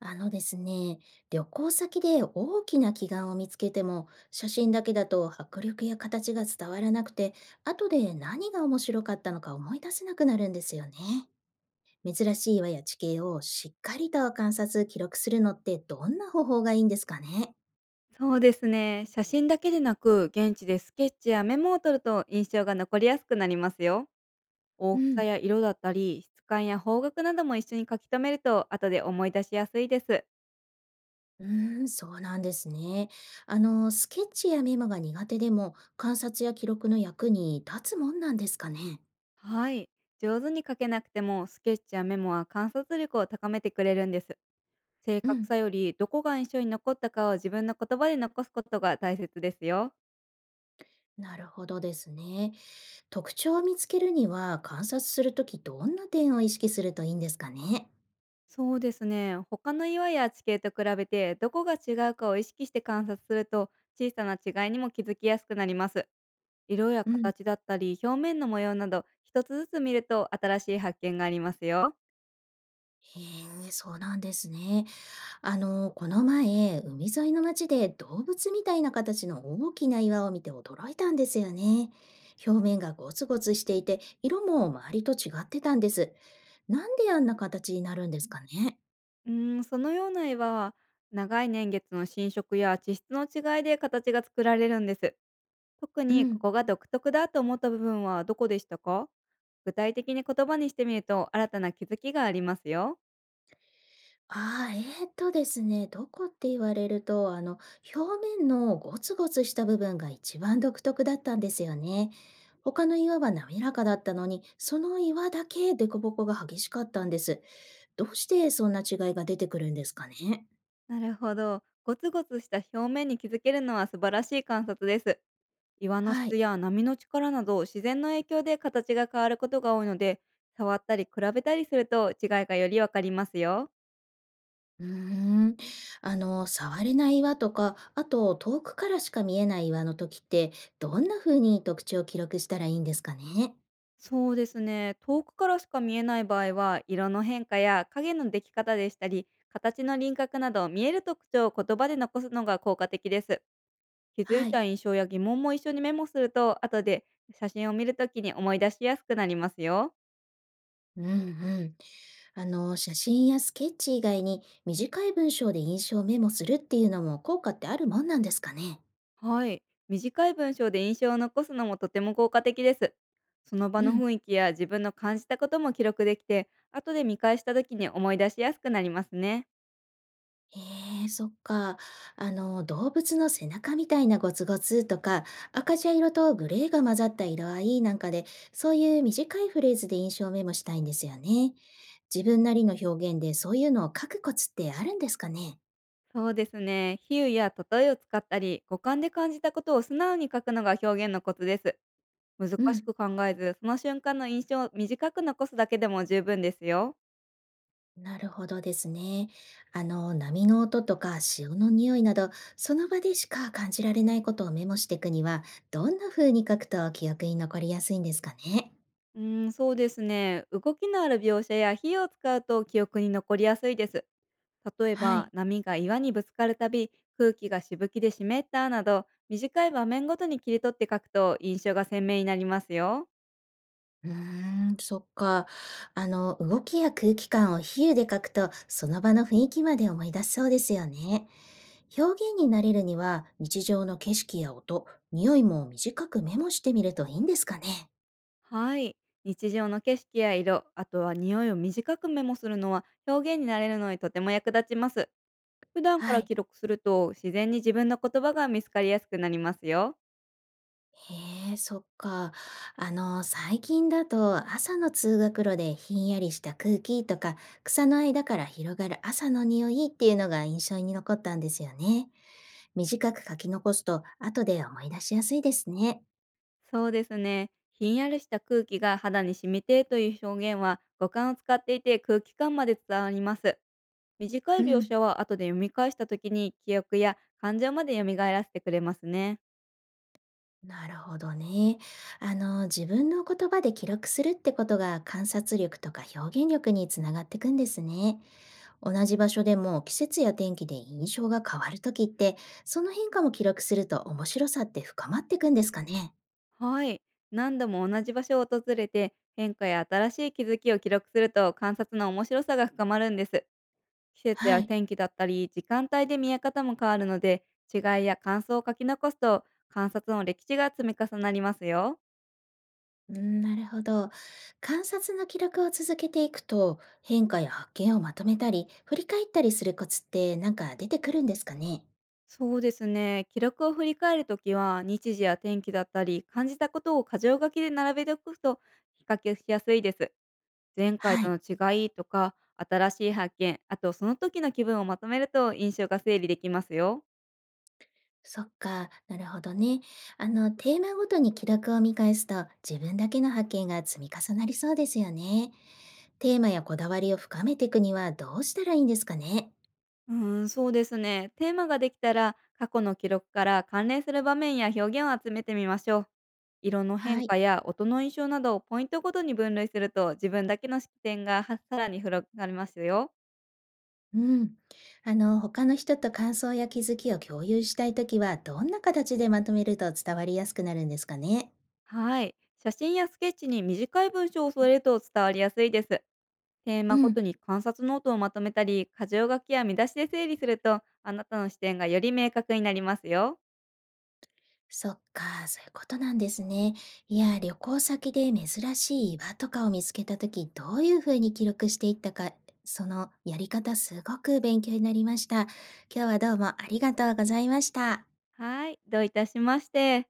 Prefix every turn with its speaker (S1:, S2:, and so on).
S1: あのですね、旅行先で大きな奇岩を見つけても、写真だけだと迫力や形が伝わらなくて、後で何が面白かったのか思い出せなくなるんですよね。珍しい岩や地形をしっかりと観察、記録するのってどんな方法がいいんですかね？
S2: そうですね。写真だけでなく、現地でスケッチやメモを取ると印象が残りやすくなりますよ。大
S1: う
S2: きさ
S1: ん、
S2: や色だったり、質感や方角なども一緒に書き留めると、後で思い出しやすいです。
S1: そうなんですね。あの、スケッチやメモが苦手でも、観察や記録の役に立つもんなんですかね？
S2: はい。上手に書けなくても、スケッチやメモは観察力を高めてくれるんです。正
S1: う
S2: 確
S1: ん、
S2: さより、どこが印象に残ったかを自分の言葉で残すことが大切ですよ。
S1: なるほどですね。特徴を見つけるには観察するときどんな点を意識するといいんですかね？
S2: そうですね。他の岩や地形と比べてどこが違うかを意識して観察すると、小さな違いにも気づきやすくなります。色や
S1: うん、
S2: 形だったり、表面の模様など一つずつ見ると新しい発見がありますよ。
S1: へえ、そうなんですね。あの、この前、海沿いの町で動物みたいな形の大きな岩を見て驚いたんですよね。表面がゴツゴツしていて、色も周りと違ってたんです。なんであんな形になるんですかね？
S2: うーん、そのような岩は、長い年月の浸食や地質の違いで形が作られるんです。特
S1: う
S2: にこ
S1: ん。
S2: こが独特だと思った部分はどこでしたか？具体的に言葉にしてみると新たな気づきがありますよ。
S1: ああ、ですね、どこって言われると、あの、表面のゴツゴツした部分が一番独特だったんですよね。他の岩は滑らかだったのに、その岩だけ凸凹が激しかったんです。どうしてそんな違いが出てくるんですかね。
S2: なるほど。ゴツゴツした表面に気づけるのは素晴らしい観察です。岩の
S1: は
S2: 質
S1: い。
S2: や波の力など自然の影響で形が変わることが多いので、触ったり比べたりすると違いがよりわかりますよ。
S1: うーん。あの、触れない岩とか、あと遠くからしか見えない岩の時って、どんな風に特徴を記録したらいいんですかね。
S2: そうですね。遠くからしか見えない場合は、色の変化や影のでき方でしたり、形の輪郭など見える特徴を言葉で残すのが効果的です。気づい
S1: はい。
S2: た印象や疑問も一緒にメモすると、後で写真を見るときに思い出しやすくなりますよ。
S1: うんうん。あの、写真やスケッチ以外に短い文章で印象をメモするっていうのも効果ってあるもんなんですかね？
S2: はい。短い文章で印象を残すのもとても効果的です。その場
S1: う
S2: の
S1: ん、
S2: 雰囲気や自分の感じたことも記録できて、後で見返した時に思い出しやすくなりますね。
S1: ええ、そっか。あの、動物の背中みたいなゴツゴツとか、赤茶色とグレーが混ざった色合いなんかで、そういう短いフレーズで印象をメモしたいんですよね。自分なりの表現でそういうのを書くコツってあるんですかね？
S2: そうですね。比喩や例えを使ったり、五感で感じたことを素直に書くのが表現のコツです。難
S1: う
S2: し
S1: ん。
S2: く考えず、その瞬間の印象を短く残すだけでも十分ですよ。
S1: なるほどですね。あの、波の音とか潮の匂いなど、その場でしか感じられないことをメモしていくには、どんな風に書くと記憶に残りやすいんですかね。
S2: うーん、そうですね。動きのある描写や比喩を使うと記憶に残りやすいです。例え
S1: は
S2: ば
S1: い。
S2: 波が岩にぶつかるたび、空気がしぶきで湿ったなど、短い場面ごとに切り取って書くと印象が鮮明になりますよ。
S1: うーそっか。あの、動きや空気感を比喩で書くと、その場の雰囲気まで思い出せそうですよね。表現になれるには、日常の景色や音、匂いも短くメモしてみるといいんですかね。
S2: はい。日常の景色や色、あとは匂いを短くメモするのは表現になれるのにとても役立ちます。普段か
S1: は
S2: ら
S1: い。
S2: 記録すると自然に自分の言葉が見つかりやすくなりますよ。
S1: へえ、そっか。あの、最近だと朝の通学路でひんやりした空気とか、草の間から広がる朝の匂いっていうのが印象に残ったんですよね。短く書き残すと後で思い出しやすいですね。
S2: そうですね。ひんやりした空気が肌に染みて、という表現は五感を使っていて空気感まで伝わります。短い
S1: う
S2: 描
S1: ん、
S2: 写は後で読み返した時に記憶や感情まで蘇らせてくれますね。
S1: なるほどね。あの、自分の言葉で記録するってことが観察力とか表現力につながってくんですね。同じ場所でも季節や天気で印象が変わるときって、その変化も記録すると面白さって深まっていくんですかね？
S2: はい。何度も同じ場所を訪れて変化や新しい気づきを記録すると、観察の面白さが深まるんです。季節
S1: は
S2: や
S1: い。
S2: 天気だったり時間帯で見え方も変わるので、違いや感想を書き残すと観察の歴史が積み重なりますよ。
S1: うん、なるほど。観察の記録を続けていくと、変化や発見をまとめたり、振り返ったりするコツってなんか出てくるんですかね？
S2: そうですね。記録を振り返るときは、日時や天気だったり感じたことを箇条書きで並べておくと比較しやすいです。前回
S1: は
S2: と
S1: い。
S2: の違いとか、新しい発見、あとその時の気分をまとめると印象が整理できますよ。
S1: そっか、なるほどね。あの、テーマごとに記録を見返すと、自分だけの発見が積み重なりそうですよね。テーマやこだわりを深めていくにはどうしたらいいんですかね？
S2: うーん、そうですね。テーマができたら、過去の記録から関連する場面や表現を集めてみましょう。色の変
S1: はい。
S2: 化や音の印象などをポイントごとに分類すると、自分だけの視点がはさらに広がりますよ。
S1: うん。あの、他の人と感想や気づきを共有したいときは、どんな形でまとめると伝わりやすくなるんですかね？
S2: はい。写真やスケッチに短い文章を添えると伝わりやすいです。テー
S1: う
S2: マご
S1: ん、
S2: とに観察ノートをまとめたり、箇条書きや見出しで整理すると、あなたの視点がより明確になりますよ。
S1: そっか、そういうことなんですね。いや、旅行先で珍しい岩とかを見つけたとき、どういうふうに記録していったか、そのやり方すごく勉強になりました。今日はどうもありがとうございました。
S2: はい、どういたしまして。